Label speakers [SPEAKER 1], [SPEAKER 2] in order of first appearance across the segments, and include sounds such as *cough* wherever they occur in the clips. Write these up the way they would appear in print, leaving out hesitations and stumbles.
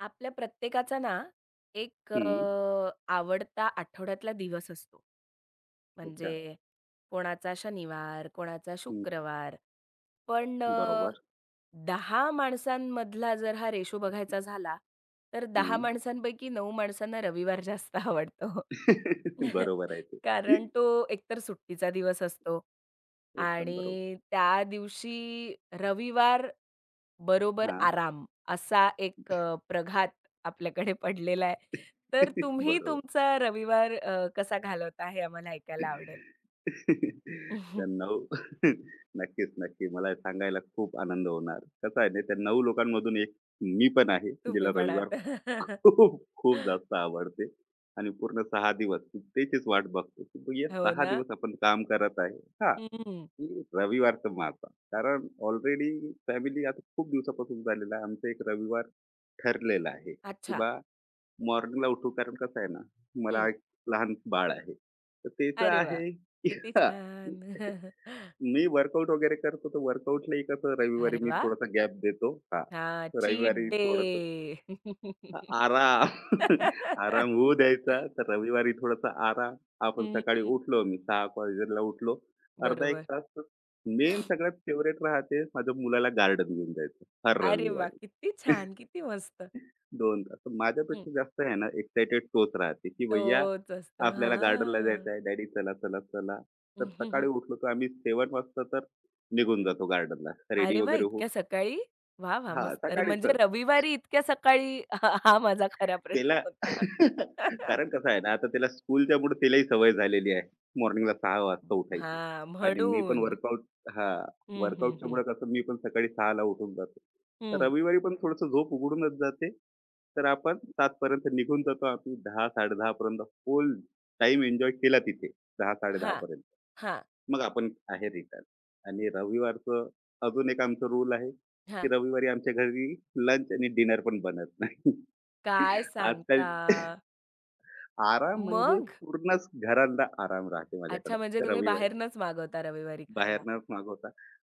[SPEAKER 1] आपल्या प्रत्येकाचा ना, एक
[SPEAKER 2] हं.
[SPEAKER 1] आवडता आठवड्यातला दिवस असतो.
[SPEAKER 2] अच्छा.
[SPEAKER 1] म्हणजे कोणाचा शनिवार, कोणाचा
[SPEAKER 2] हं.
[SPEAKER 1] शुक्रवार. पण
[SPEAKER 2] बरोबर.
[SPEAKER 1] 10 माणसांमधला जर हा रेशो बघायचा झाला, तर 10
[SPEAKER 2] हं.
[SPEAKER 1] माणसांपैकी 9 माणसांना रविवार जास्त आवडतो.
[SPEAKER 2] *laughs*
[SPEAKER 1] *laughs*
[SPEAKER 2] बरोबर आहे ते.
[SPEAKER 1] कारण तो एकतर सुट्टीचा दिवस असतो
[SPEAKER 2] एकदम बरोबर.
[SPEAKER 1] आणि त्या दिवशी रविवार बरोबर
[SPEAKER 2] हां.
[SPEAKER 1] आराम असा एक प्रघात आपल्याकडे पडलेला आहे. तर
[SPEAKER 2] *laughs*
[SPEAKER 1] तुम्ही
[SPEAKER 2] बरोबर.
[SPEAKER 1] तुमचा रविवार कसा घालवता हे आम्हाला ऐकायला आवडेल.
[SPEAKER 2] *laughs* तर
[SPEAKER 1] *laughs*
[SPEAKER 2] 9 *laughs* नक्कीच, नक्की. मला सांगायला खूप आनंद होणार. कसं आहे ना, त्या 9 लोकांमधून एक मी पण आहे, जिला
[SPEAKER 1] तुम्ही पण
[SPEAKER 2] रविवार
[SPEAKER 1] आहात.
[SPEAKER 2] खूप, खूप
[SPEAKER 1] *laughs*
[SPEAKER 2] जास्त आवडते. आणि पूर्ण 6 दिवस मी त्याचीच वाट बघतो, की
[SPEAKER 1] हो
[SPEAKER 2] 6
[SPEAKER 1] ना?
[SPEAKER 2] दिवस आपण काम करत आहे. हां,
[SPEAKER 1] हं.
[SPEAKER 2] की रविवारचा माझा. कारण ऑलरेडी फॅमिली आता खूप दिवसापासून झालेला आहे. आमचा एक रविवार ठरलेलं आहे, की
[SPEAKER 1] अच्छा.
[SPEAKER 2] बा मॉर्निंगला उठू. कारण कसं आहे ना, मला
[SPEAKER 1] हं.
[SPEAKER 2] एक लहान बाळ आहे. तर त्याचं
[SPEAKER 1] अरे वाह!
[SPEAKER 2] आहे, की
[SPEAKER 1] किती
[SPEAKER 2] हां,
[SPEAKER 1] छान. *laughs*
[SPEAKER 2] मी वर्कआउट वगैरे करतो, तर वर्कआउटलाही कसं रविवारी
[SPEAKER 1] अरे
[SPEAKER 2] मी
[SPEAKER 1] वाह!
[SPEAKER 2] थोडासा गॅप देतो. हां,
[SPEAKER 1] हां, चीट
[SPEAKER 2] रविवारी
[SPEAKER 1] डे.
[SPEAKER 2] थोडंसं आराम. *laughs* आराम
[SPEAKER 1] *laughs*
[SPEAKER 2] होऊ द्यायचा, तर रविवारी थोडासा आराम. आपण सकाळी
[SPEAKER 1] हं,
[SPEAKER 2] उठलो, मी 6:00 वाजेला उठलो. अर्धा 1
[SPEAKER 1] बरोबर.
[SPEAKER 2] तास मेन सगळ्यात फेव्हरेट राहते माझ्या मुलाला गार्डन घेऊन जायचं, हर
[SPEAKER 1] अरे वाह!
[SPEAKER 2] रविवारी.
[SPEAKER 1] किती छान, किती मस्त.
[SPEAKER 2] 2 तास.
[SPEAKER 1] हं,
[SPEAKER 2] माझ्यापेक्षा जास्त आहे ना एक्साइटेड तोच राहते, की भैय्या
[SPEAKER 1] तोच असतो.
[SPEAKER 2] आपल्याला गार्डनला
[SPEAKER 1] हां.
[SPEAKER 2] जायचं आहे. डॅडी चला, चला, चला. तर सकाळी
[SPEAKER 1] *laughs*
[SPEAKER 2] उठलो तर आम्ही सेवन वाजता तर निघून जातो गार्डनला. रेडी
[SPEAKER 1] अरे वा
[SPEAKER 2] वगैरे
[SPEAKER 1] इतक्या
[SPEAKER 2] होऊन
[SPEAKER 1] सकाळी? वा वा
[SPEAKER 2] हां,
[SPEAKER 1] मस्त. तर
[SPEAKER 2] सकाळीच.
[SPEAKER 1] म्हणजे रविवारी इतक्या सकाळी *laughs* हा हा माझा खरा प्रश्न
[SPEAKER 2] त्याला
[SPEAKER 1] होता.
[SPEAKER 2] *laughs*
[SPEAKER 1] *laughs*
[SPEAKER 2] कारण कसं आहे ना, आता त्याला स्कूलच्यामुळे त्यालाही सवय झालेली आहे. मॉर्निंगला 6:00 वाजता उठायची.
[SPEAKER 1] हां,
[SPEAKER 2] आणि मी पण
[SPEAKER 1] म्हणून.
[SPEAKER 2] वर्कआउट हां,
[SPEAKER 1] हं, हं, हं.
[SPEAKER 2] वर्कआउटच्यामुळे कसं मी पण सकाळी 6:00 ला उठून जातो. तर
[SPEAKER 1] हं.
[SPEAKER 2] रविवारी पण थोडंसं झोप उघडूनच जाते. तर आपण 7:00 पर्यंत निघून जातो. आम्ही 10:00-10:30 पर्यंत फुल टाईम एन्जॉय केला तिथे 10:00-10:30
[SPEAKER 1] हां,
[SPEAKER 2] पर्यंत.
[SPEAKER 1] हां,
[SPEAKER 2] मग आपण आहे रिटर्न. आणि रविवारचं अजून एक आमचं रूल आहे, की
[SPEAKER 1] हां.
[SPEAKER 2] रविवारी आमच्या घरी लंच आणि डिनर पण बनत नाही. *laughs*
[SPEAKER 1] काय
[SPEAKER 2] आजकाल
[SPEAKER 1] सांगता?
[SPEAKER 2] आराम म्हणजे
[SPEAKER 1] मग?
[SPEAKER 2] पूर्णच घराला आराम राहते
[SPEAKER 1] अच्छा,
[SPEAKER 2] माझ्याकडे.
[SPEAKER 1] म्हणजे
[SPEAKER 2] तर
[SPEAKER 1] तुम्ही
[SPEAKER 2] रविवारी
[SPEAKER 1] बाहेरूनच मागवता रविवारी खायला.
[SPEAKER 2] बाहेरनच मागवता.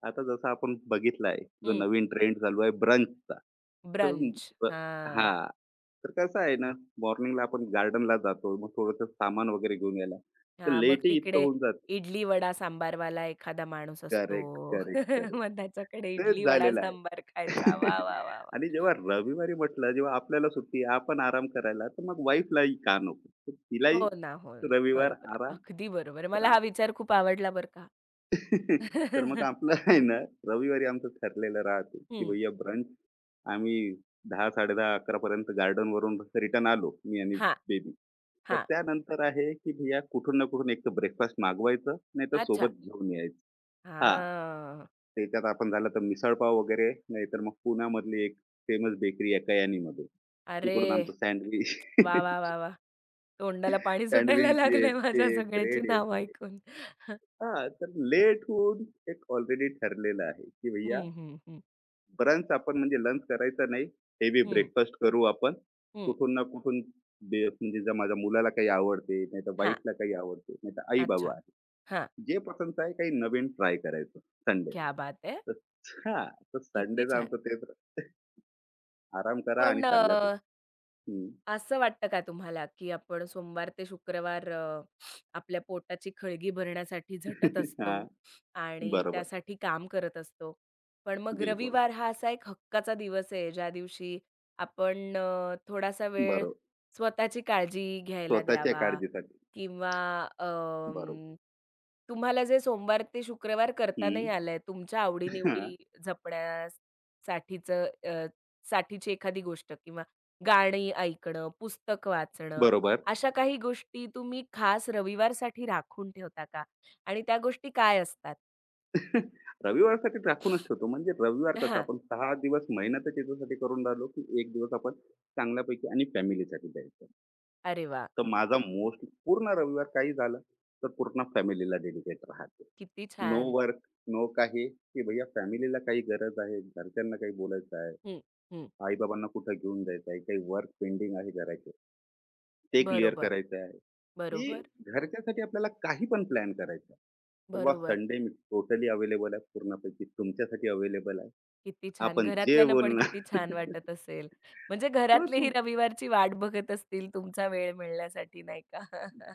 [SPEAKER 2] आता जसं आपण बघितलं आहे, जो
[SPEAKER 1] हं.
[SPEAKER 2] नवीन ट्रेंड चालू आहे ब्रंचचा. तर
[SPEAKER 1] ब्रंच.
[SPEAKER 2] ब
[SPEAKER 1] हां,
[SPEAKER 2] हां. तर कसं आहे ना, मॉर्निंगला आपण गार्डनला जातो. मग थोडंसं सामान वगैरे घेऊन यायला. तर
[SPEAKER 1] हां. मग
[SPEAKER 2] लेटही इतकं
[SPEAKER 1] तिकडे
[SPEAKER 2] होऊन जातं.
[SPEAKER 1] इडली, वडा, सांबारवाला एखादा माणूस असतो.
[SPEAKER 2] Correct, correct,
[SPEAKER 1] *laughs*
[SPEAKER 2] correct.
[SPEAKER 1] मग त्याच्याकडे
[SPEAKER 2] तेच
[SPEAKER 1] इडली, वडा,
[SPEAKER 2] झालेलं
[SPEAKER 1] सांबार
[SPEAKER 2] आहे.
[SPEAKER 1] खायचा. वाह,
[SPEAKER 2] *laughs*
[SPEAKER 1] वाह, वाह,
[SPEAKER 2] आणि
[SPEAKER 1] वाह!
[SPEAKER 2] जेव्हा रविवारी म्हटलं, जेव्हा आपल्याला सुट्टी आहे, आपण आराम करायला, तर मग वाईफलाही का नको? तर तिलाही
[SPEAKER 1] हो ना, हो ना.
[SPEAKER 2] रविवार
[SPEAKER 1] बरोबर आहे.
[SPEAKER 2] आराम.
[SPEAKER 1] अगदी बरोबर आहे.
[SPEAKER 2] तर
[SPEAKER 1] मला हा विचार खूप आवडला बरं का.
[SPEAKER 2] तर मग
[SPEAKER 1] *laughs*
[SPEAKER 2] आपलं *laughs* आहे ना, रविवारी आमचं ठरलेलं राहते, की
[SPEAKER 1] हं.
[SPEAKER 2] भैय्या ब्रंच. आम्ही 10:00, 10:30, 11:00 पर्यंत गार्डनवरून रिटर्न आलो, मी आणि
[SPEAKER 1] हां,
[SPEAKER 2] बेबी. तर
[SPEAKER 1] हां.
[SPEAKER 2] त्यानंतर आहे, की भैय्या कुठून ना कुठून एक तर ब्रेकफास्ट मागवायचं, नाहीतर
[SPEAKER 1] अच्छा.
[SPEAKER 2] सोबत घेऊन यायचं. हां,
[SPEAKER 1] हां.
[SPEAKER 2] त्याच्यात आपण झालं तर मिसळपाव वगैरे, नाहीतर मग पुण्यामधली एक फेमस बेकरी आहे कयानीमध्ये.
[SPEAKER 1] अरे
[SPEAKER 2] तिकडून आमचं सँडविच.
[SPEAKER 1] वा, वा,
[SPEAKER 2] *laughs*
[SPEAKER 1] वा, वाह! तोंडाला पाणी सुटायला
[SPEAKER 2] सँडविच जे आहेत *laughs*
[SPEAKER 1] लागलंय माझ्या
[SPEAKER 2] ते,
[SPEAKER 1] सगळ्याची
[SPEAKER 2] ब्रेड आहेत.
[SPEAKER 1] नावं ऐकून. *laughs*
[SPEAKER 2] हां, तर लेट होऊन एक ऑलरेडी ठरलेलं आहे, की भैय्या
[SPEAKER 1] हं, हं, हं,
[SPEAKER 2] ब्रंच आपण म्हणजे लंच करायचा नाही. हेवी
[SPEAKER 1] हं,
[SPEAKER 2] ब्रेकफास्ट करू आपण.
[SPEAKER 1] हं.
[SPEAKER 2] कुठून ना कुठून म्हणजे जर माझ्या मुलाला काही आवडते, नाहीतर
[SPEAKER 1] हां.
[SPEAKER 2] वाईफला काही आवडते, नाहीतर
[SPEAKER 1] अच्छा.
[SPEAKER 2] आई-बाबा आहे.
[SPEAKER 1] हां.
[SPEAKER 2] जे पसंत आहे काही नवीन ट्राय करायचं संडेला.
[SPEAKER 1] क्या बात है!
[SPEAKER 2] तर हां, तर
[SPEAKER 1] किती
[SPEAKER 2] संडेचा आमचं
[SPEAKER 1] छान.
[SPEAKER 2] तेच रा- आराम करा आणि
[SPEAKER 1] पण
[SPEAKER 2] चांगल्यापैकी. हं.
[SPEAKER 1] असं वाटतं का तुम्हाला, की आपण सोमवार ते शुक्रवार आपल्या पोटाची खळगी भरण्यासाठी झटत
[SPEAKER 2] हां,
[SPEAKER 1] असतो
[SPEAKER 2] *laughs*
[SPEAKER 1] आणि
[SPEAKER 2] बरोबर.
[SPEAKER 1] त्यासाठी काम करत असतो. पण मग
[SPEAKER 2] बिलकुल.
[SPEAKER 1] रविवार हा असा एक हक्काचा दिवस आहे, ज्या दिवशी आपण थोडासा वेळ
[SPEAKER 2] बरोबर.
[SPEAKER 1] स्वतःची काळजी घ्यायला
[SPEAKER 2] स्वतःच्या
[SPEAKER 1] द्यावा
[SPEAKER 2] काळजीसाठी.
[SPEAKER 1] किंवा
[SPEAKER 2] बरोबर.
[SPEAKER 1] अं, तुम्हाला जे सोमवार ते शुक्रवार करता नाही
[SPEAKER 2] हं.
[SPEAKER 1] आलंय, तुमच्या आवडी जपण्यासाठीचं अ, साठीची एखादी गोष्ट किंवा गाणी ऐकणं, पुस्तक वाचणं,
[SPEAKER 2] बरोबर.
[SPEAKER 1] अशा काही गोष्टी तुम्ही खास रविवारसाठी राखून ठेवता का? आणि त्या गोष्टी काय असतात?
[SPEAKER 2] रविवारसाठी राखूनच ठेवतो. म्हणजे रविवार कसं
[SPEAKER 1] हां.
[SPEAKER 2] आपण 6 दिवस मेहनतच याच्यासाठी करून राहिलो, की 1 दिवस आपण चांगल्यापैकी आणि फॅमिलीसाठी द्यायचं.
[SPEAKER 1] अरे वाह!
[SPEAKER 2] तर माझा मोस्टली पूर्ण रविवार काही झालं, तर पूर्ण फॅमिलीला डेडिकेट राहते.
[SPEAKER 1] किती
[SPEAKER 2] नो
[SPEAKER 1] छान.
[SPEAKER 2] वर्क, नो काही, की भैया फॅमिलीला काही गरज आहे, घरच्यांना काही बोलायचं आहे,
[SPEAKER 1] हं, हं.
[SPEAKER 2] आई-बाबांना कुठं घेऊन जायचं आहे, काही वर्क पेंडिंग आहे करायचे, ते क्लिअर
[SPEAKER 1] बरोबर,
[SPEAKER 2] करायचं आहे,
[SPEAKER 1] बरोबर,
[SPEAKER 2] की घरच्यासाठी आपल्याला काही पण प्लॅन करायचा आहे. तर बा
[SPEAKER 1] बरोबर.
[SPEAKER 2] संडे मी टोटली अवेलेबल आहे पूर्णपैकी तुमच्यासाठी अवेलेबल आहे.
[SPEAKER 1] किती छान.
[SPEAKER 2] आपण जे
[SPEAKER 1] घरातल्यांना पण किती
[SPEAKER 2] बोलणार
[SPEAKER 1] छान वाटत असेल. म्हणजे
[SPEAKER 2] तोच
[SPEAKER 1] घरातलेही रविवारची वाट बघत असतील तुमचा वेळ मिळण्यासाठी नाही का?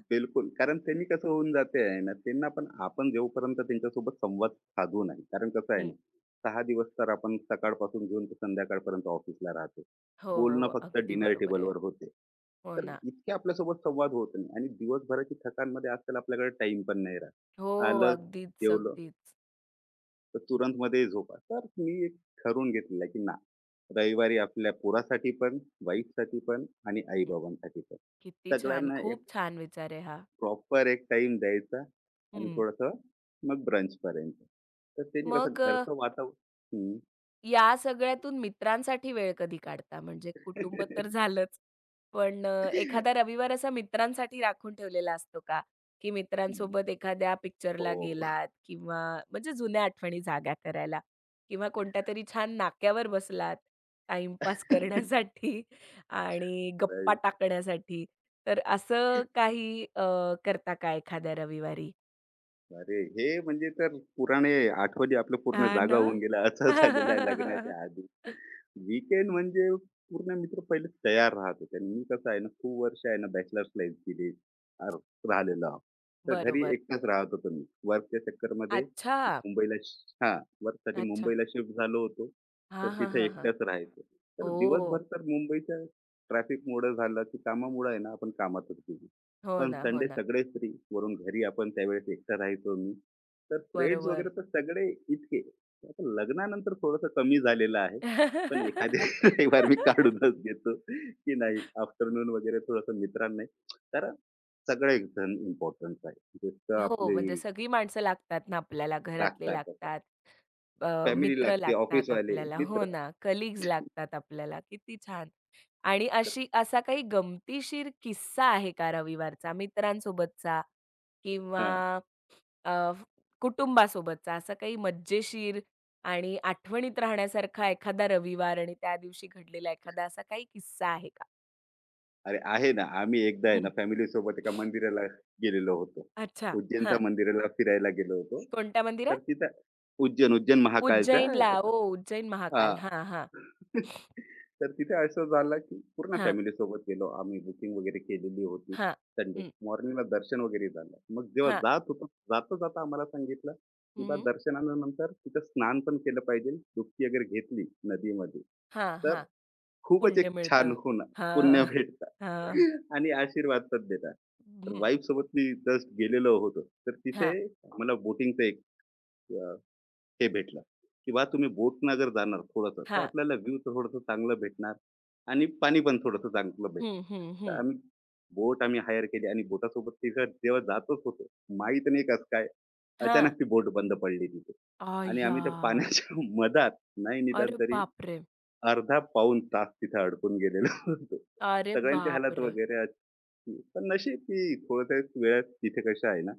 [SPEAKER 2] बिलकुल. कारण त्यांनी कसं होऊन जाते आहे ना, त्यांना पण आपण जोपर्यंत त्यांच्यासोबत संवाद साधू नाही. कारण कसं आहे
[SPEAKER 1] हं.
[SPEAKER 2] ना, 6 दिवस तर आपण सकाळपासून घेऊन ते संध्याकाळपर्यंत ऑफिसला राहतो.
[SPEAKER 1] हो,
[SPEAKER 2] बोलणं
[SPEAKER 1] हो.
[SPEAKER 2] फक्त
[SPEAKER 1] अगदी
[SPEAKER 2] डिनर
[SPEAKER 1] बरोबर आहे.
[SPEAKER 2] टेबलवर होते.
[SPEAKER 1] हो
[SPEAKER 2] तर
[SPEAKER 1] ना.
[SPEAKER 2] इतके आपल्यासोबत संवाद होत नाही आणि दिवसभराची थकांमध्ये आजकाल आपल्याकडे टाईम पण नाही राहत.
[SPEAKER 1] हो.
[SPEAKER 2] आलं,
[SPEAKER 1] अगदीच,
[SPEAKER 2] जेवलं,
[SPEAKER 1] अगदीच.
[SPEAKER 2] तर तुरंत मध्ये झोपा. तर मी एक ठरवून घेतलेलं आहे, की ना, रविवारी आपल्या पोरासाठी पण, वाईफसाठी पण आणि
[SPEAKER 1] हं.
[SPEAKER 2] आई-बाबांसाठी पण
[SPEAKER 1] किती छान.
[SPEAKER 2] सगळ्यांना एक
[SPEAKER 1] खूप छान विचार आहे हा.
[SPEAKER 2] प्रॉपर एक टाइम द्यायचा. आणि
[SPEAKER 1] हं.
[SPEAKER 2] थोडंसं मग ब्रंचपर्यंत. तर त्याने कसं
[SPEAKER 1] मग
[SPEAKER 2] घरचं हं.
[SPEAKER 1] या सगळ्यातून मित्रांसाठी वेळ कधी काढता? म्हणजे कुटुंब तर झालंच, पण एखादा
[SPEAKER 2] *laughs*
[SPEAKER 1] रविवार असा मित्रांसाठी राखून ठेवलेला असतो का? की मित्रांसोबत एखाद्या पिक्चरला
[SPEAKER 2] हो.
[SPEAKER 1] गेलात किंवा म्हणजे जुन्या आठवणी जाग्या करायला किंवा कोणत्यातरी छान नाक्यावर बसलात टाईमपास करण्यासाठी *laughs* आणि गप्पा टाकण्यासाठी. तर असं काही करता का एखाद्या रविवारी?
[SPEAKER 2] अरे, हे म्हणजे तर पुराणे आठवणी आपलं पूर्ण
[SPEAKER 1] हां
[SPEAKER 2] जागा
[SPEAKER 1] ना.
[SPEAKER 2] होऊन गेल्या. असं झालेलं आहे
[SPEAKER 1] *laughs*
[SPEAKER 2] लग्नाच्या आधी. वीकेंड म्हणजे पूर्ण मित्र पहिले तयार राहत होते. आणि मी कसं आहे ना खूप वर्ष आहे ना बॅचलर्स लाईफ गेली राहिलेलो आहो. तर घरी
[SPEAKER 1] बरोबर.
[SPEAKER 2] एकटाच राहत होतो मी वर्कच्या चक्करमध्ये.
[SPEAKER 1] अच्छा!
[SPEAKER 2] हा वर्कसाठी
[SPEAKER 1] अच्छा.
[SPEAKER 2] मुंबईला शिफ्ट झालो होतो.
[SPEAKER 1] हां,
[SPEAKER 2] तर
[SPEAKER 1] हां,
[SPEAKER 2] तिथे
[SPEAKER 1] हां, हां.
[SPEAKER 2] एकटाच राहायचो. तर दिवसभर
[SPEAKER 1] ओह!
[SPEAKER 2] तर मुंबईच्या ट्रॅफिकमुळे झालं की कामामुळे आहे ना आपण कामातच गेलो.
[SPEAKER 1] हो
[SPEAKER 2] पण
[SPEAKER 1] ना, हो
[SPEAKER 2] संडे
[SPEAKER 1] ना.
[SPEAKER 2] सगळेच फ्री वरून घरी आपण त्यावेळेस एकटा राहायचो मी. तर फ्रेंड्स वगैरे
[SPEAKER 1] बरोबर.
[SPEAKER 2] तर सगळे इतके. आता लग्नानंतर थोडंसं कमी झालेलं आहे. पण एखादे *laughs* रविवार मी
[SPEAKER 1] *laughs*
[SPEAKER 2] काढूनच घेतो, की नाही आफ्टरनून वगैरे थोडंसं मित्रांना. कारण सगळेजण इम्पोर्टंट आहे. जसं
[SPEAKER 1] हो,
[SPEAKER 2] आपले
[SPEAKER 1] म्हणजे सगळी माणसं लागतात ना आपल्याला. घरातले
[SPEAKER 2] लागतात तसं.
[SPEAKER 1] लागतात,
[SPEAKER 2] फॅमिली
[SPEAKER 1] मित्र
[SPEAKER 2] लागते,
[SPEAKER 1] लागतात
[SPEAKER 2] ऑफिसवाले,
[SPEAKER 1] आपल्याला. हो
[SPEAKER 2] मित्र.
[SPEAKER 1] ना, कलीग्स लागतात आपल्याला. किती छान. आणि अशी असा काही गमतीशीर किस्सा आहे का रविवारचा मित्रांसोबतचा किंवा
[SPEAKER 2] हां.
[SPEAKER 1] अ, कुटुंबासोबतचा असा काही मज्जेशीर आणि आठवणीत राहण्यासारखा एखादा रविवार आणि त्या दिवशी घडलेला एखादा असा काही किस्सा आहे का?
[SPEAKER 2] अरे आहे ना, आम्ही एकदा आहे ना
[SPEAKER 1] हं.
[SPEAKER 2] फॅमिलीसोबत एका मंदिराला गेलेलो होतो.
[SPEAKER 1] अच्छा.
[SPEAKER 2] उज्जैनच्या
[SPEAKER 1] हां.
[SPEAKER 2] मंदिराला फिरायला गेलो होतो.
[SPEAKER 1] कोणत्या मंदिरात?
[SPEAKER 2] तर तिथं उज्जैन, उज्जैन महाकाळचा.
[SPEAKER 1] उज्जैनला. ओ, उज्जैन महाकाल. हां, हां.
[SPEAKER 2] तर तिथे असं झालं, की पूर्ण
[SPEAKER 1] हां,
[SPEAKER 2] फॅमिलीसोबत गेलो आम्ही. बुकिंग वगैरे केलेली होती.
[SPEAKER 1] हां.
[SPEAKER 2] संडे
[SPEAKER 1] हं,
[SPEAKER 2] मॉर्निंगला दर्शन वगैरे झालं. मग जेव्हा
[SPEAKER 1] हां.
[SPEAKER 2] जात होतो, जाता-जाता आम्हाला सांगितलं, की बा
[SPEAKER 1] हं.
[SPEAKER 2] दर्शनानंतर तिथं स्नान पण केलं पाहिजे. डुबकी वगैरे घेतली नदीमध्ये,
[SPEAKER 1] हां,
[SPEAKER 2] तर
[SPEAKER 1] हां.
[SPEAKER 2] खूपच
[SPEAKER 1] पुण्य
[SPEAKER 2] एक छान
[SPEAKER 1] मिळतं.
[SPEAKER 2] होणार, पुण्य
[SPEAKER 1] हां, हां.
[SPEAKER 2] भेटतात आणि आशीर्वाद पण देतात. तर
[SPEAKER 1] हं,
[SPEAKER 2] वाईफसोबत मी जस्ट गेलेलो होतो. तर तिथे
[SPEAKER 1] हां,
[SPEAKER 2] मला बोटिंगचं एक ते भेटलं, किंवा तुम्ही बोटनं जर जाणार थोडंसं, तर
[SPEAKER 1] हां.
[SPEAKER 2] आपल्याला व्ह्यू थोडंसं चांगलं भेटणार आणि पाणी पण थोडंसं चांगलं
[SPEAKER 1] हं,
[SPEAKER 2] भेटणार.
[SPEAKER 1] हं,
[SPEAKER 2] तर
[SPEAKER 1] हं.
[SPEAKER 2] आम्ही बोट आम्ही हायर केली आणि बोटासोबत तिथं जेव्हा जातच होतो, माहीत नाही कसं काय,
[SPEAKER 1] हां.
[SPEAKER 2] अचानक ती बोट बंद पडली तिथे. आणि
[SPEAKER 1] अय्या!
[SPEAKER 2] आम्ही त्या पाण्याच्या *laughs* मधात नाही निदान
[SPEAKER 1] अरे
[SPEAKER 2] तरी
[SPEAKER 1] बापरे!
[SPEAKER 2] अर्धा पाऊण तास तिथे अडकून गेलेलो *laughs* होतो.
[SPEAKER 1] अरे
[SPEAKER 2] सगळ्यांची हालत
[SPEAKER 1] बापरे!
[SPEAKER 2] वगैरे अशी. पण नशीब की थोड्या वेळात तिथे कसं आहे ना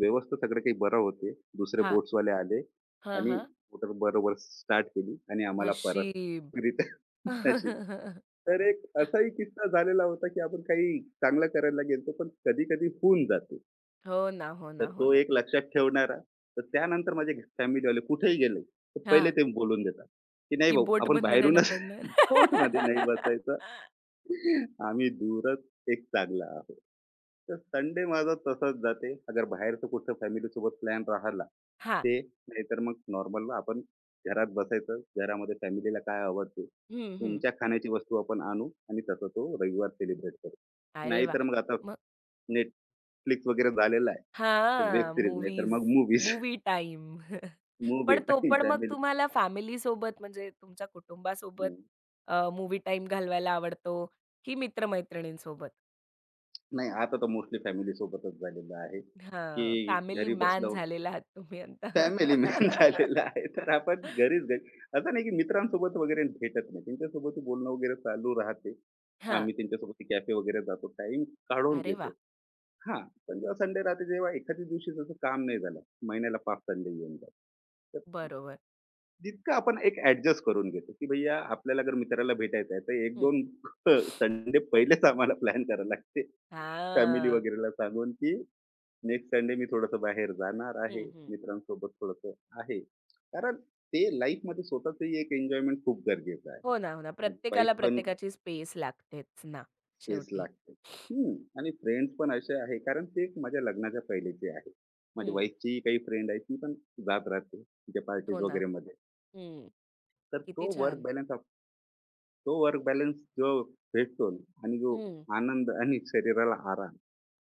[SPEAKER 2] व्यवस्थित सगळं काही बरं होते. दुसरे
[SPEAKER 1] हां,
[SPEAKER 2] बोट्सवाले आले
[SPEAKER 1] हां,
[SPEAKER 2] आणि
[SPEAKER 1] हां.
[SPEAKER 2] मोटर बरोबर स्टार्ट केली आणि आम्हाला परत
[SPEAKER 1] नशीब.
[SPEAKER 2] रिटर्न *laughs* अशी.
[SPEAKER 1] *laughs*
[SPEAKER 2] तर एक असाही किस्सा झालेला होता, की आपण काही चांगलं करायला गेलतो, पण कधी-कधी होऊन जाते.
[SPEAKER 1] हो ना, हो
[SPEAKER 2] तर
[SPEAKER 1] ना, हो
[SPEAKER 2] तो
[SPEAKER 1] ना.
[SPEAKER 2] एक लक्षात ठेवणारा. तर त्यानंतर माझे फॅमिलीवाले कुठेही गेले, तर पहिले
[SPEAKER 1] हां,
[SPEAKER 2] ते बोलून देतात, की "नाही
[SPEAKER 1] की
[SPEAKER 2] भाऊ,
[SPEAKER 1] बोट
[SPEAKER 2] आपण
[SPEAKER 1] बंद नाही ना
[SPEAKER 2] बाहेरूनच *laughs* बोटमध्ये नाही
[SPEAKER 1] पडणार. *laughs*
[SPEAKER 2] बसायचं. आम्ही दूरच एक चांगला आहोत." तर संडे माझा तसाच जाते. अगर बाहेरचं कुठं फॅमिलीसोबत प्लॅन राहिला,
[SPEAKER 1] हां.
[SPEAKER 2] ते नाहीतर मग नॉर्मल आपण घरात बसायचं. घरामध्ये फॅमिलीला काय आवडते,
[SPEAKER 1] हं, हं.
[SPEAKER 2] तुमच्या खाण्याची वस्तू आपण आणू आणि तसा तो रविवार सेलिब्रेट करू.
[SPEAKER 1] अरे वाह!
[SPEAKER 2] नाहीतर मग आता
[SPEAKER 1] मग
[SPEAKER 2] Netflix वगैरे झालेला आहे. तर वेब
[SPEAKER 1] हां,
[SPEAKER 2] सीरीज नाहीतर
[SPEAKER 1] मूव्हीज,
[SPEAKER 2] मग मूव्हीज.
[SPEAKER 1] Movie time. *laughs*
[SPEAKER 2] मूव्ही
[SPEAKER 1] पण तो
[SPEAKER 2] टाईम
[SPEAKER 1] पण मग
[SPEAKER 2] फॅमिली.
[SPEAKER 1] तुम्हाला फॅमिलीसोबत म्हणजे तुमच्या कुटुंबासोबत मूव्ही टाईम घालवायला आवडतो की मित्रमैत्रिणींसोबत?
[SPEAKER 2] नाही आता तर मोस्टली फॅमिलीसोबतच झालेलं आहे,
[SPEAKER 1] हां,
[SPEAKER 2] की
[SPEAKER 1] फॅमिली
[SPEAKER 2] घरी
[SPEAKER 1] मॅन
[SPEAKER 2] बसलो.
[SPEAKER 1] झालेला आहात तुम्ही आता.
[SPEAKER 2] फॅमिली मॅन *laughs*
[SPEAKER 1] *laughs*
[SPEAKER 2] झालेला आहे. तर आपण घरीच घरी. असं नाही की मित्रांसोबत वगैरे भेटत नाही. त्यांच्यासोबत बोलणं वगैरे चालू राहते.
[SPEAKER 1] हां,
[SPEAKER 2] आम्ही त्यांच्यासोबत कॅफे वगैरे जातो. टाईम काढून
[SPEAKER 1] अरे वाह!
[SPEAKER 2] देतो. हां, पण जेव्हा संडे राहते जेव्हा एखाद्या दिवशी जसं काम नाही झालं, महिन्याला 5 संडे येऊन जातात. तर
[SPEAKER 1] बरोबर.
[SPEAKER 2] तितकं आपण एक ॲडजस्ट करून घेतो, की भैय्या आपल्याला जर मित्राला भेटायचं आहे, तर
[SPEAKER 1] हं.
[SPEAKER 2] 1-2 *laughs* संडे पहिलेच आम्हाला प्लॅन करायला लागते. फॅमिली
[SPEAKER 1] हां.
[SPEAKER 2] वगैरेला सांगून, की नेक्स्ट संडे मी थोडंसं बाहेर जाणार आहे,
[SPEAKER 1] हं, हं.
[SPEAKER 2] मित्रांसोबत थोडंसं आहे. कारण ते लाईफमध्ये स्वतःचंही एक एन्जॉयमेंट खूप गरजेचं आहे.
[SPEAKER 1] हो ना, हो ना.
[SPEAKER 2] माझी
[SPEAKER 1] प्रत्येकाला
[SPEAKER 2] वाईफ पण
[SPEAKER 1] प्रत्येकाची स्पेस लागतेच ना
[SPEAKER 2] तेच
[SPEAKER 1] शेवटी.
[SPEAKER 2] लागते. हं. आणि फ्रेंड्स पण असे आहे कारण ते एक माझ्या लग्नाच्या पहिलेचे आहे. माझ्या
[SPEAKER 1] हं.
[SPEAKER 2] वाईफची काही फ्रेंड आहे, ती पण जात राहते तिच्या
[SPEAKER 1] हो
[SPEAKER 2] पार्टीज
[SPEAKER 1] ना.
[SPEAKER 2] वगैरेमध्ये.
[SPEAKER 1] हं.
[SPEAKER 2] तर तो
[SPEAKER 1] किती
[SPEAKER 2] वर्क
[SPEAKER 1] छान.
[SPEAKER 2] बॅलन्स आप तो वर्क बॅलन्स जो भेटतो ना आणि जो
[SPEAKER 1] हं.
[SPEAKER 2] आनंद आणि शरीराला आराम,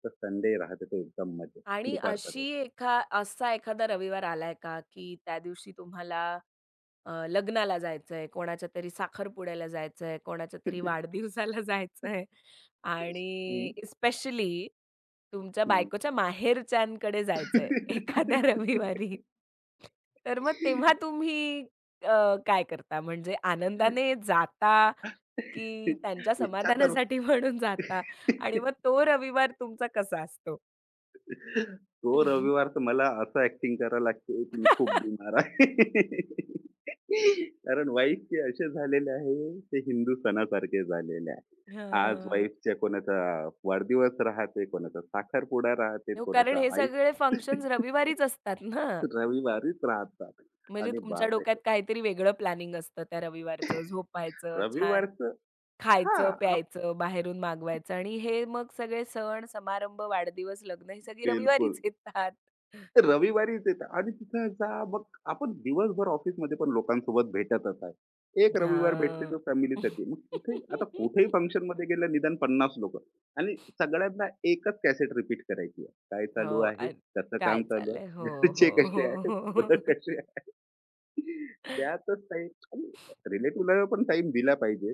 [SPEAKER 2] तर संडे राहते तो एकदम मजेत
[SPEAKER 1] आणि अशी
[SPEAKER 2] दुपारपर्यंत.
[SPEAKER 1] एखा असा एखादा रविवार आलाय का, की त्या दिवशी तुम्हाला लग्नाला जायचंय, कोणाच्यातरी साखरपुड्याला जायचंय, कोणाच्यातरी वाढदिवसाला जायचंय
[SPEAKER 2] हं,
[SPEAKER 1] आणि स्पेशली तुमच्या
[SPEAKER 2] हं.
[SPEAKER 1] बायकोच्या माहेरच्यांकडे जायचंय एखाद्या
[SPEAKER 2] *laughs*
[SPEAKER 1] रविवारी. तर मग तेव्हा तुम्ही काय करता? म्हणजे आनंदाने जाता की त्यांच्या
[SPEAKER 2] इच्छा तर
[SPEAKER 1] समाधानासाठी म्हणून जाता आणि मग तो रविवार तुमचा कसा असतो?
[SPEAKER 2] तो रविवार तर मला असं ॲक्टिंग करावं लागते की मी खूप
[SPEAKER 1] *laughs*
[SPEAKER 2] बीमार आहे. *laughs* कारण वाईफचे असे झालेले आहे, ते हिंदू सणासारखे झालेले आहे. आज
[SPEAKER 1] हां.
[SPEAKER 2] वाईफच्या कोणाचा वाढदिवस राहते, कोणाचा साखरपुडा राहते,
[SPEAKER 1] हो, कारण
[SPEAKER 2] कोणाचा
[SPEAKER 1] हे सगळे फंक्शन्स रविवारीच असतात ना.
[SPEAKER 2] रविवारीच राहतात.
[SPEAKER 1] म्हणजे
[SPEAKER 2] आणि
[SPEAKER 1] तुमच्या
[SPEAKER 2] बाप
[SPEAKER 1] डोक्यात
[SPEAKER 2] रे!
[SPEAKER 1] काहीतरी वेगळं प्लॅनिंग असतं त्या रविवारचं. झोपायचं, छान
[SPEAKER 2] रविवारचं हां,
[SPEAKER 1] खायचं, प्यायचं, बाहेरून मागवायचं आणि हे मग सगळे सण, समारंभ, वाढदिवस, लग्न ही सगळी
[SPEAKER 2] बिलकुल.
[SPEAKER 1] रविवारीच येतात.
[SPEAKER 2] ते रविवारीच येतात आणि तिथं जा मग आपण दिवसभर ऑफिसमध्ये पण लोकांसोबत भेटतच आहे. एक रविवार भेटते
[SPEAKER 1] हां.
[SPEAKER 2] तो फॅमिलीसाठी. मग तिथे आता कुठेही
[SPEAKER 1] *laughs*
[SPEAKER 2] फंक्शनमध्ये गेलं निदान पन्नास लोकं. आणि सगळ्यांना एकच कॅसेट रिपीट करायची आहे. काय चालू
[SPEAKER 1] हो.
[SPEAKER 2] आहे? कसं काम
[SPEAKER 1] काय
[SPEAKER 2] चालू
[SPEAKER 1] चाललंय?
[SPEAKER 2] आहे?
[SPEAKER 1] हो,
[SPEAKER 2] घरचे
[SPEAKER 1] हो,
[SPEAKER 2] कसे
[SPEAKER 1] हो,
[SPEAKER 2] आहे? पोरं
[SPEAKER 1] हो.
[SPEAKER 2] कसे आहे? त्यातच टाईम रिलेटिव्हला पण टाईम दिला पाहिजे.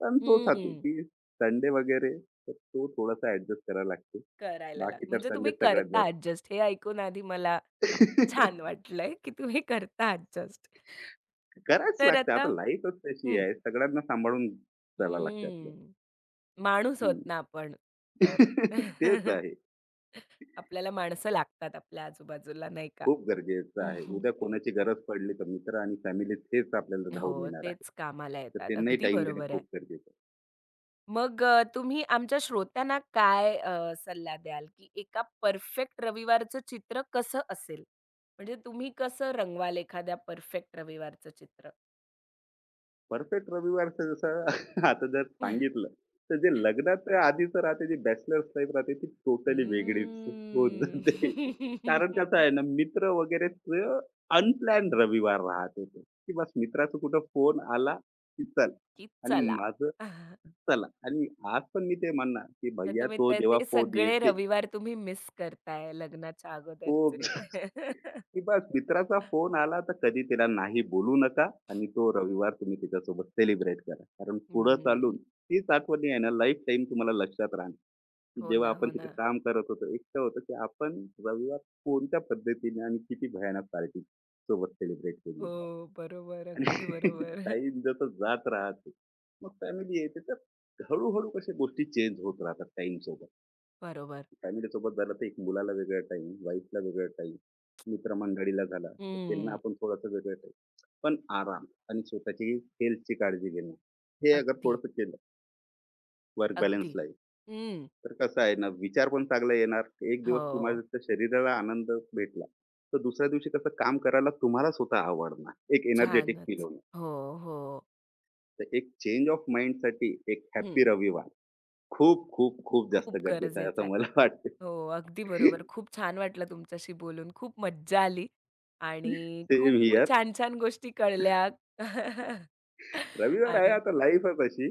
[SPEAKER 2] पण तोच हाती
[SPEAKER 1] हं.
[SPEAKER 2] की संडे वगैरे तर तो थोडासा ॲडजस्ट करावा लागतो.
[SPEAKER 1] करायला लाग
[SPEAKER 2] बाकी तर
[SPEAKER 1] म्हणजे
[SPEAKER 2] संडे
[SPEAKER 1] तुम्ही करता
[SPEAKER 2] सगळ्यात
[SPEAKER 1] ॲडजस्ट हे ऐकून आधी मला छान
[SPEAKER 2] जास्त.
[SPEAKER 1] वाटलंय, की तुम्ही करता ॲडजस्ट.
[SPEAKER 2] करायच
[SPEAKER 1] तर
[SPEAKER 2] लागतं.
[SPEAKER 1] आता
[SPEAKER 2] आता लाईफच तशी
[SPEAKER 1] हं,
[SPEAKER 2] आहे. सगळ्यांना सांभाळून चालावं लागतं आपल्याला.
[SPEAKER 1] हं. माणूस आहोत
[SPEAKER 2] हं.
[SPEAKER 1] ना आपण. तर
[SPEAKER 2] *laughs* तेच
[SPEAKER 1] *laughs*
[SPEAKER 2] आहे.
[SPEAKER 1] आपल्याला माणसं लागतात आपल्या आजूबाजूला नाही का?
[SPEAKER 2] खूप गरजेचं आहे.
[SPEAKER 1] *laughs* हं,
[SPEAKER 2] उद्या
[SPEAKER 1] हं.
[SPEAKER 2] कोणाची गरज पडली तर मित्र आणि फॅमिली तेच आपल्याला धावून
[SPEAKER 1] हो,
[SPEAKER 2] येणार आहे.
[SPEAKER 1] तेच कामाला
[SPEAKER 2] तर
[SPEAKER 1] येतात.
[SPEAKER 2] त्यांनाही
[SPEAKER 1] अगदी
[SPEAKER 2] टाईम देणे
[SPEAKER 1] बरोबर आहे.
[SPEAKER 2] खूप गरजेचं आहे.
[SPEAKER 1] मग तुम्ही आमच्या श्रोत्यांना काय सल्ला द्याल, की एका परफेक्ट रविवारचं चित्र कसं असेल? म्हणजे तुम्ही कसं रंगवाल एखाद्या परफेक्ट रविवारचं चित्र?
[SPEAKER 2] परफेक्ट रविवारचं जसं *laughs* आता जर सांगितलं, तर जे लग्नाच्या आधीचं राहते, जी बॅचलर्स लाईफ राहते ती टोटली वेगळीच होत
[SPEAKER 1] हम्म.
[SPEAKER 2] जाते. कारण कसं
[SPEAKER 1] *laughs*
[SPEAKER 2] आहे ना, मित्र वगैरेचं अनप्लॅन्ड रविवार राहते ते, की बस मित्राचा कुठं फोन आला, की चल.
[SPEAKER 1] की
[SPEAKER 2] आणि
[SPEAKER 1] चला. *laughs*
[SPEAKER 2] चला आणि आज पण मी ते म्हणणार, की
[SPEAKER 1] तर
[SPEAKER 2] भैय्या
[SPEAKER 1] तुम्ही
[SPEAKER 2] तो
[SPEAKER 1] ते
[SPEAKER 2] जेव्हा
[SPEAKER 1] ते
[SPEAKER 2] फोन
[SPEAKER 1] सगळे
[SPEAKER 2] येते,
[SPEAKER 1] रविवार तुम्ही मिस करताय लग्नाच्या
[SPEAKER 2] तो
[SPEAKER 1] अगोदरचे.
[SPEAKER 2] की
[SPEAKER 1] *laughs*
[SPEAKER 2] बस मित्राचा फोन आला तर कधी त्याला नाही बोलू नका आणि तो रविवार तुम्ही त्याच्यासोबत सेलिब्रेट करा. कारण पुढं चालून
[SPEAKER 1] हम्म.
[SPEAKER 2] तीच आठवणी आहे ना लाईफटाईम तुम्हाला लक्षात राहणार, की
[SPEAKER 1] हो
[SPEAKER 2] जेव्हा
[SPEAKER 1] ना,
[SPEAKER 2] आपण
[SPEAKER 1] हो
[SPEAKER 2] तिथे
[SPEAKER 1] ना.
[SPEAKER 2] काम करत होतो, एकटं होतं, की आपण रविवार कोणत्या पद्धतीने आणि किती भयानक पार्टी सोबत सेलिब्रेट केली
[SPEAKER 1] हो,
[SPEAKER 2] आहे.
[SPEAKER 1] बरोबर.
[SPEAKER 2] आणि
[SPEAKER 1] अगदी
[SPEAKER 2] *laughs*
[SPEAKER 1] बरोबर. *laughs*
[SPEAKER 2] टाईम जसं जात राहते, मग फॅमिली येते, तर हळू कशा गोष्टी चेंज होत राहतात टाईमसोबत.
[SPEAKER 1] बरोबर.
[SPEAKER 2] फॅमिली सोबत झालं तर एक मुलाला वेगळा टाईम, वाईफला वेगळा टाईम, मित्रमंडळीला झाला, तर त्यांना
[SPEAKER 1] हम्म.
[SPEAKER 2] आपण थोडासा वेगळा टाईम. पण आराम आणि स्वतःची हेल्थची काळजी घेणं, हे अगर
[SPEAKER 1] अगदी,
[SPEAKER 2] थोडंसं केलं वर्क बॅलन्स
[SPEAKER 1] अगदी.
[SPEAKER 2] लाईफ,
[SPEAKER 1] हं.
[SPEAKER 2] तर कसं आहे ना, विचार पण चांगला येणार. एक दिवस तुम्हाला
[SPEAKER 1] हो.
[SPEAKER 2] त्या शरीराला आनंद भेटला, तर दुसऱ्या दिवशी कसं काम करायला तुम्हाला स्वतः आवडणार. एक एनर्जेटिक फील
[SPEAKER 1] छानच.
[SPEAKER 2] होणं.
[SPEAKER 1] हो, हो.
[SPEAKER 2] तर एक चेंज ऑफ माइंडसाठी एक हॅपी रविवार खूप, खूप, खूप जास्त
[SPEAKER 1] खूप
[SPEAKER 2] गरजेचं आहे
[SPEAKER 1] गरजेचं
[SPEAKER 2] असं
[SPEAKER 1] आहे.
[SPEAKER 2] मला वाटतं.
[SPEAKER 1] हो, अगदी बरोबर. खूप छान वाटलं तुमच्याशी बोलून. खूप मज्जा आली आणि
[SPEAKER 2] सेम
[SPEAKER 1] खूप
[SPEAKER 2] हिअर.
[SPEAKER 1] छान-छान गोष्टी कळल्या. *laughs*
[SPEAKER 2] रविवार आहे
[SPEAKER 1] आणि
[SPEAKER 2] आता
[SPEAKER 1] खूप
[SPEAKER 2] लाईफच अशी,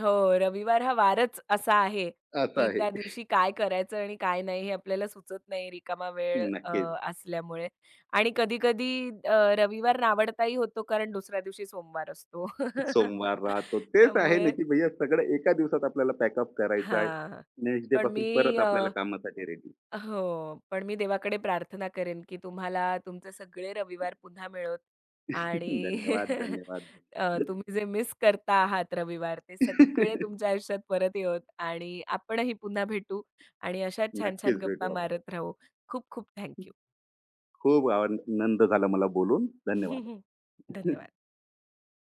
[SPEAKER 1] हो, रविवार हा वारच असा आहे,
[SPEAKER 2] असं
[SPEAKER 1] की
[SPEAKER 2] आहे.
[SPEAKER 1] त्या दिवशी काय करायचं आणि काय नाही हे आपल्याला सुचत नाही रिकामा वेळ
[SPEAKER 2] नक्कीच.
[SPEAKER 1] असल्यामुळे. आणि कधी-कधी रविवार नावडताही होतो कारण दुसऱ्या दिवशी सोमवार असतो. *laughs*
[SPEAKER 2] सोमवार राहतो. तेच आहे ना,
[SPEAKER 1] त्यामुळे
[SPEAKER 2] की भैय्या सगळं एका दिवसात आपल्याला पॅकअप करायचं आहे.
[SPEAKER 1] हां.
[SPEAKER 2] नेक्स्ट डे
[SPEAKER 1] पण
[SPEAKER 2] पासून
[SPEAKER 1] मी
[SPEAKER 2] परत
[SPEAKER 1] अ
[SPEAKER 2] आपल्याला कामासाठी रेडी.
[SPEAKER 1] हो, पण मी देवाकडे प्रार्थना करेन, की तुम्हाला तुमचे सगळे रविवार पुन्हा मिळोत
[SPEAKER 2] *laughs*
[SPEAKER 1] आणि
[SPEAKER 2] धन्यवाद,
[SPEAKER 1] *laughs*
[SPEAKER 2] धन्यवाद.
[SPEAKER 1] तुम्ही जे मिस करता आहात रविवार, ते सगळे तुमच्या आयुष्यात परत येवोत आणि आपणही पुन्हा भेटू आणि अशा छान-छान
[SPEAKER 2] नक्कीच
[SPEAKER 1] गप्पा
[SPEAKER 2] भेटू आपण.
[SPEAKER 1] मारत राहू. खूप खूप थँक
[SPEAKER 2] खूप आनंद झाला मला बोलून. धन्यवाद.
[SPEAKER 1] *laughs* धन्यवाद.